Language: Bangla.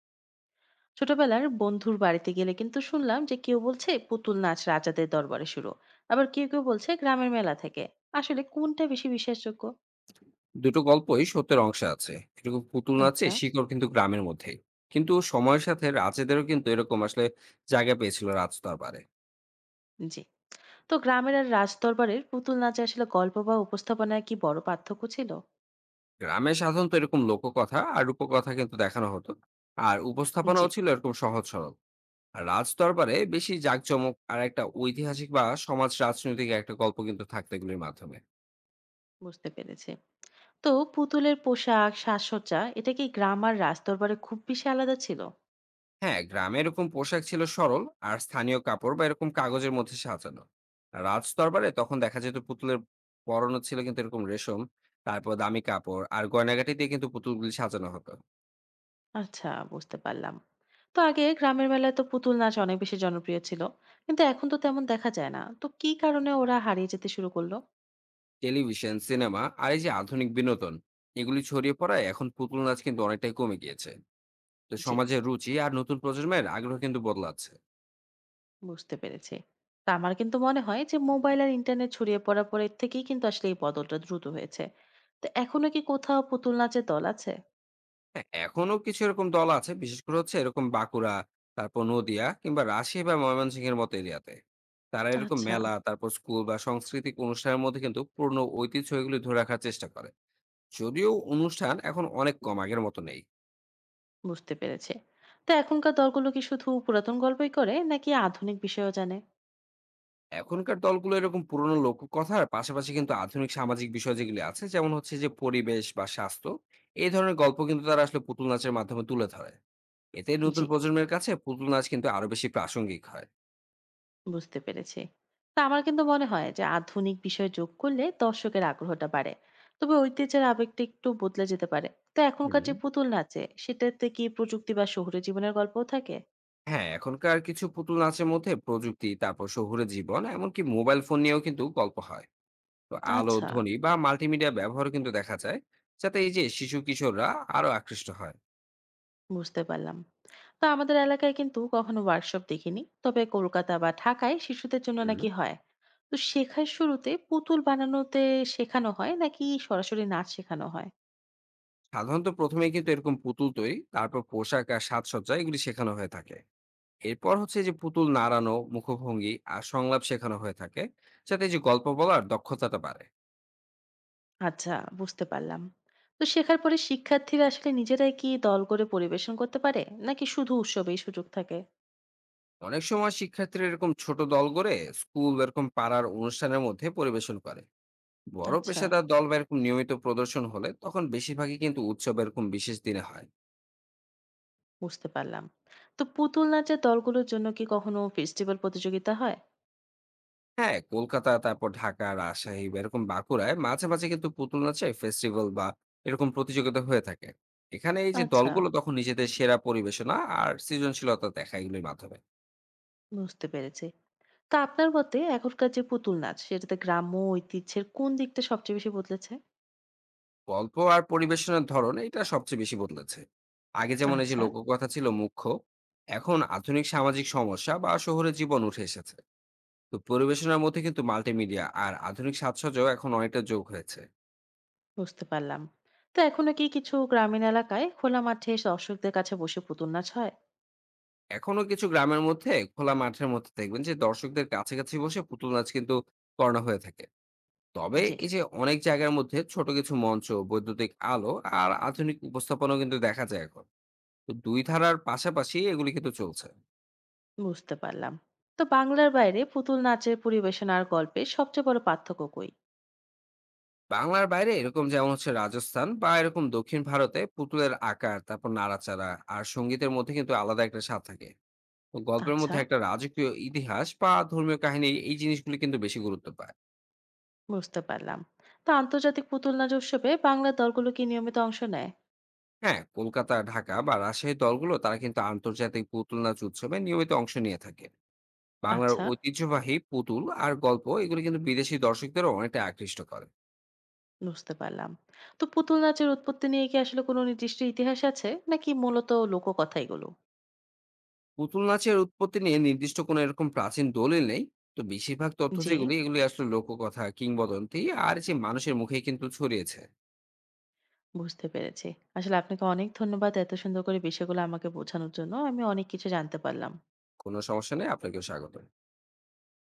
ছোটবেলার বন্ধুর বাড়িতে গেলে কিন্তু শুনলাম যে কেউ বলছে পুতুল নাচ রাজাদের দরবারে শুরু, আবার কেউ কেউ বলছে গ্রামের মেলা থেকে। আসলে কোনটা বেশি বিশ্বাসযোগ্য? দুটো গল্পই সত্যের অংশে আছে। এরকম পুতুল নাচে আচ্ছা। শিকড় কিন্তু গ্রামের মধ্যেই। কিন্তু সময়ের সাথে রাজেদেরও কিন্তু এরকম আসলে জায়গা পেয়েছিল রাজদরবারে। জি। তো গ্রামের আর রাজ দরবারের পুতুল নাচে আসলে গল্প বা উপস্থাপনায় কি বড় পার্থক্য ছিল? গ্রামে সাধারণত এরকম লোককথা আর রূপকথা কিন্তু দেখানো হতো। আর জি, উপস্থাপনাও ছিল এরকম সহজ সরল। আর রাজদরবারে বেশি জাঁকজমক আর একটা ঐতিহাসিক বা সমাজ রাজনৈতিক একটা গল্প কিন্তু থাকতো এগুলির মাধ্যমে। বুঝতে পেরেছি। তো পুতুলের পোশাক সাজসজ্জা এটা কি গ্রাম আর রাজ দরবারে খুব বেশি আলাদা ছিল? হ্যাঁ, গ্রামে এরকম পোশাক ছিল সরল আর স্থানীয় কাপড় বা এরকম কাগজের মধ্যে সাজানো। রাজ দরবারে তখন দেখা যেত পুতুলের পরনও ছিল কিন্তু এরকম রেশম, তারপর দামি কাপড় আর গয়নাগাটি দিয়ে কিন্তু পুতুলগুলি সাজানো হতো। আচ্ছা, বুঝতে পারলাম। তো আগে গ্রামের মেলায় তো পুতুল নাচ অনেক বেশি জনপ্রিয় ছিল। কিন্তু এখন তো তেমন দেখা যায় না। তো কি কারণে ওরা হারিয়ে যেতে শুরু করলো? টেলিভিশন, সিনেমা আর এই যে আধুনিক বিনোদন এগুলি ছড়িয়ে পড়ায় এখন পুতুল নাচ কিন্তু অনেকটাই কমে গিয়েছে। তো জি, সমাজের রুচি আর নতুন প্রজন্মের আগ্রহ কিন্তু বদলাচ্ছে। বুঝতে পেরেছি। তা আমার কিন্তু মনে হয় যে মোবাইল আর ইন্টারনেট ছড়িয়ে পড়ার পরের থেকেই কিন্তু আসলে এই বদলটা দ্রুত হয়েছে। তো এখনো কি কোথাও পুতুল নাচের দল আছে? হ্যাঁ, এখনো কিছু এরকম দল আছে। বিশেষ করে হচ্ছে এরকম বাঁকুড়া, তারপর নদিয়া কিংবা রাজশাহী বা ময়মনসিংহের মতো এরিয়াতে। তারা এরকম আচ্ছা, মেলা, তারপর স্কুল বা সাংস্কৃতিক অনুষ্ঠানের মধ্যে কিন্তু পুরনো ঐতিহ্য এগুলি ধরে রাখার চেষ্টা করে। যদিও অনুষ্ঠান এখন অনেক কম, আগের মতো নেই। বুঝতে পেরেছি। তো এখনকার দলগুলো কি শুধু পুরাতন গল্পই করে নাকি আধুনিক বিষয়ও জানে? এখনকার দলগুলো এরকম পুরনো লোককথার পাশাপাশি কিন্তু আধুনিক সামাজিক বিষয় যেগুলি আছে, যেমন হচ্ছে যে পরিবেশ বা স্বাস্থ্য, এই ধরনের গল্প কিন্তু তারা আসলে পুতুল নাচের মাধ্যমে তুলে ধরে। এতে নতুন জি, প্রজন্মের কাছে পুতুল নাচ কিন্তু আরো বেশি প্রাসঙ্গিক হয়। বুঝতে পেরেছি। তা আমার কিন্তু মনে হয় যে আধুনিক বিষয় যোগ করলে দর্শকের আগ্রহটা বাড়ে, তবে ঐতিহ্যের আবেগটা একটু বদলে যেতে পারে। তো এখনকার হুম। যে পুতুল নাচে সেটাতে কি প্রযুক্তি বা শহুরে জীবনের গল্পও থাকে? হ্যাঁ, এখনকার কিছু পুতুল নাচের মধ্যে প্রযুক্তি, তারপর শহুরে জীবন, এমনকি মোবাইল ফোন নিয়েও কিন্তু গল্প হয়। তো আলো, আচ্ছা, ধ্বনি বা মাল্টিমিডিয়া ব্যবহারও কিন্তু দেখা যায়, যাতে এই যে শিশু-কিশোররা আরো আকৃষ্ট হয়। বুঝতে পারলাম। তা আমাদের এলাকায় কিন্তু কখনো ওয়ার্কশপ দেখিনি, তবে কলকাতা বা ঢাকায় শিশুদের জন্য হুম। নাকি হয়। তো শেখার শুরুতে পুতুল বানানোতে শেখানো হয় নাকি সরাসরি নাচ শেখানো হয়? সাধারণত প্রথমেই কিন্তু এরকম পুতুল তৈরি, তারপর পোশাক আর সাজসজ্জা এগুলি শেখানো হয়ে থাকে। এরপর হচ্ছে যে পুতুল নাড়ানো, মুখভঙ্গি আর সংলাপ শেখানো হয়ে থাকে, যাতে এই যে গল্প বলার দক্ষতাটা বাড়ে। আচ্ছা, বুঝতে পারলাম। তো শেখার পরে শিক্ষার্থীরা আসলে নিজেরাই কি দল করে পরিবেশন করতে পারে? নাকি শুধু উৎসবেই সুযোগ থাকে? অনেক সময় শিক্ষার্থীরা এরকম ছোট দল গড়ে স্কুল এরকম পাড়ার অনুষ্ঠানের মধ্যে পরিবেশন করে। বড় আচ্ছা, পেশাদার দল বা এরকম নিয়মিত প্রদর্শন হলে তখন বেশিরভাগই কিন্তু উৎসব এরকম বিশেষ দিনে হয়। বুঝতে পারলাম। তো পুতুল নাচের দলগুলোর জন্য কি কখনো ফেস্টিভ্যাল প্রতিযোগিতা হয়? হ্যাঁ, কলকাতা, তারপর ঢাকা, রাজশাহী বা এরকম বাঁকুড়ায় মাঝে মাঝে কিন্তু পুতুল নাচে ফেস্টিভ্যাল বা এরকম প্রতিযোগিতা হয়ে থাকে। এখানে এই যে আচ্ছা, দলগুলো তখন নিজেদের সেরা পরিবেশনা আর সৃজনশীলতা দেখা এগুলির মাধ্যমে। বুঝতে পেরেছি। তা আপনার মতে এখনকার যে পুতুল নাচ সেটাতে গ্রাম্য ঐতিহ্যের কোন দিকটা সবচেয়ে বেশি বদলেছে? গল্প আর পরিবেশনার ধরন, এটা সবচেয়ে বেশি বদলেছে। আগে যেমন এই যে আচ্ছা, লোককথা ছিল মুখ্য, এখন আধুনিক সামাজিক সমস্যা বা শহুরে জীবন উঠে এসেছে। তো পরিবেশনার মধ্যে কিন্তু মাল্টিমিডিয়া আর আধুনিক সাজসজ্জাও এখন অনেকটা যোগ হয়েছে। বুঝতে পারলাম। তো এখনো কি কিছু গ্রামীণ এলাকায় খোলা মাঠে দর্শকদের কাছে বসে পুতুল নাচ হয়? এখনো কিছু গ্রামের মধ্যে খোলা মাঠের মধ্যে দেখবেন যে দর্শকদের কাছাকাছি বসে পুতুল নাচ কিন্তু করানো হয়ে থাকে। তবে জি, এই যে অনেক জায়গার মধ্যে ছোট কিছু মঞ্চ, বৈদ্যুতিক আলো আর আধুনিক উপস্থাপনাও কিন্তু দেখা যায় এখন। তো দুই ধারার পাশাপাশি এগুলি কিন্তু চলছে। বুঝতে পারলাম। তো বাংলার বাইরে পুতুল নাচের পরিবেশনার গল্পে সবচেয়ে বড় পার্থক্য কই? বাংলার বাইরে এরকম, যেমন হচ্ছে রাজস্থান বা এরকম দক্ষিণ ভারতে, পুতুলের আকার, তারপর নাড়াচাড়া আর সঙ্গীতের মধ্যে কিন্তু আলাদা একটা স্বাদ থাকে। তো গল্পের আচ্ছা, মধ্যে একটা রাজকীয় ইতিহাস বা ধর্মীয় কাহিনী এই জিনিসগুলি কিন্তু বেশি গুরুত্ব পায়। বুঝতে পারলাম। তো আন্তর্জাতিক পুতুল নাচ উৎসবে বাংলার দলগুলো কি নিয়মিত অংশ নেয়? হ্যাঁ, কলকাতা, ঢাকা বা রাজশাহী দলগুলো তারা কিন্তু আন্তর্জাতিক পুতুল নাচ উৎসবে নিয়মিত অংশ নিয়ে থাকে। বাংলার আচ্ছা, ঐতিহ্যবাহী পুতুল আর গল্প এগুলি কিন্তু বিদেশি দর্শকদেরও অনেকটা আকৃষ্ট করে। বুঝতে পারলাম। তো পুতুল নাচের উৎপত্তি নিয়ে কি আসলে কোনো নির্দিষ্ট ইতিহাস আছে নাকি মূলত লোককথা এগুলো? পুতুল নাচের উৎপত্তি নিয়ে নির্দিষ্ট কোনো এরকম প্রাচীন দলিল নেই। তো বেশিরভাগ তথ্য জি, যেগুলি এগুলি আসলে লোককথা, কিংবদন্তি আর যে মানুষের মুখে কিন্তু ছড়িয়েছে। বুঝতে পেরেছি। আসলে আপনাকে অনেক ধন্যবাদ এত সুন্দর করে বিষয়গুলো আমাকে বোঝানোর জন্য। আমি অনেক কিছু জানতে পারলাম। কোনো সমস্যা নেই, আপনাকেও স্বাগত।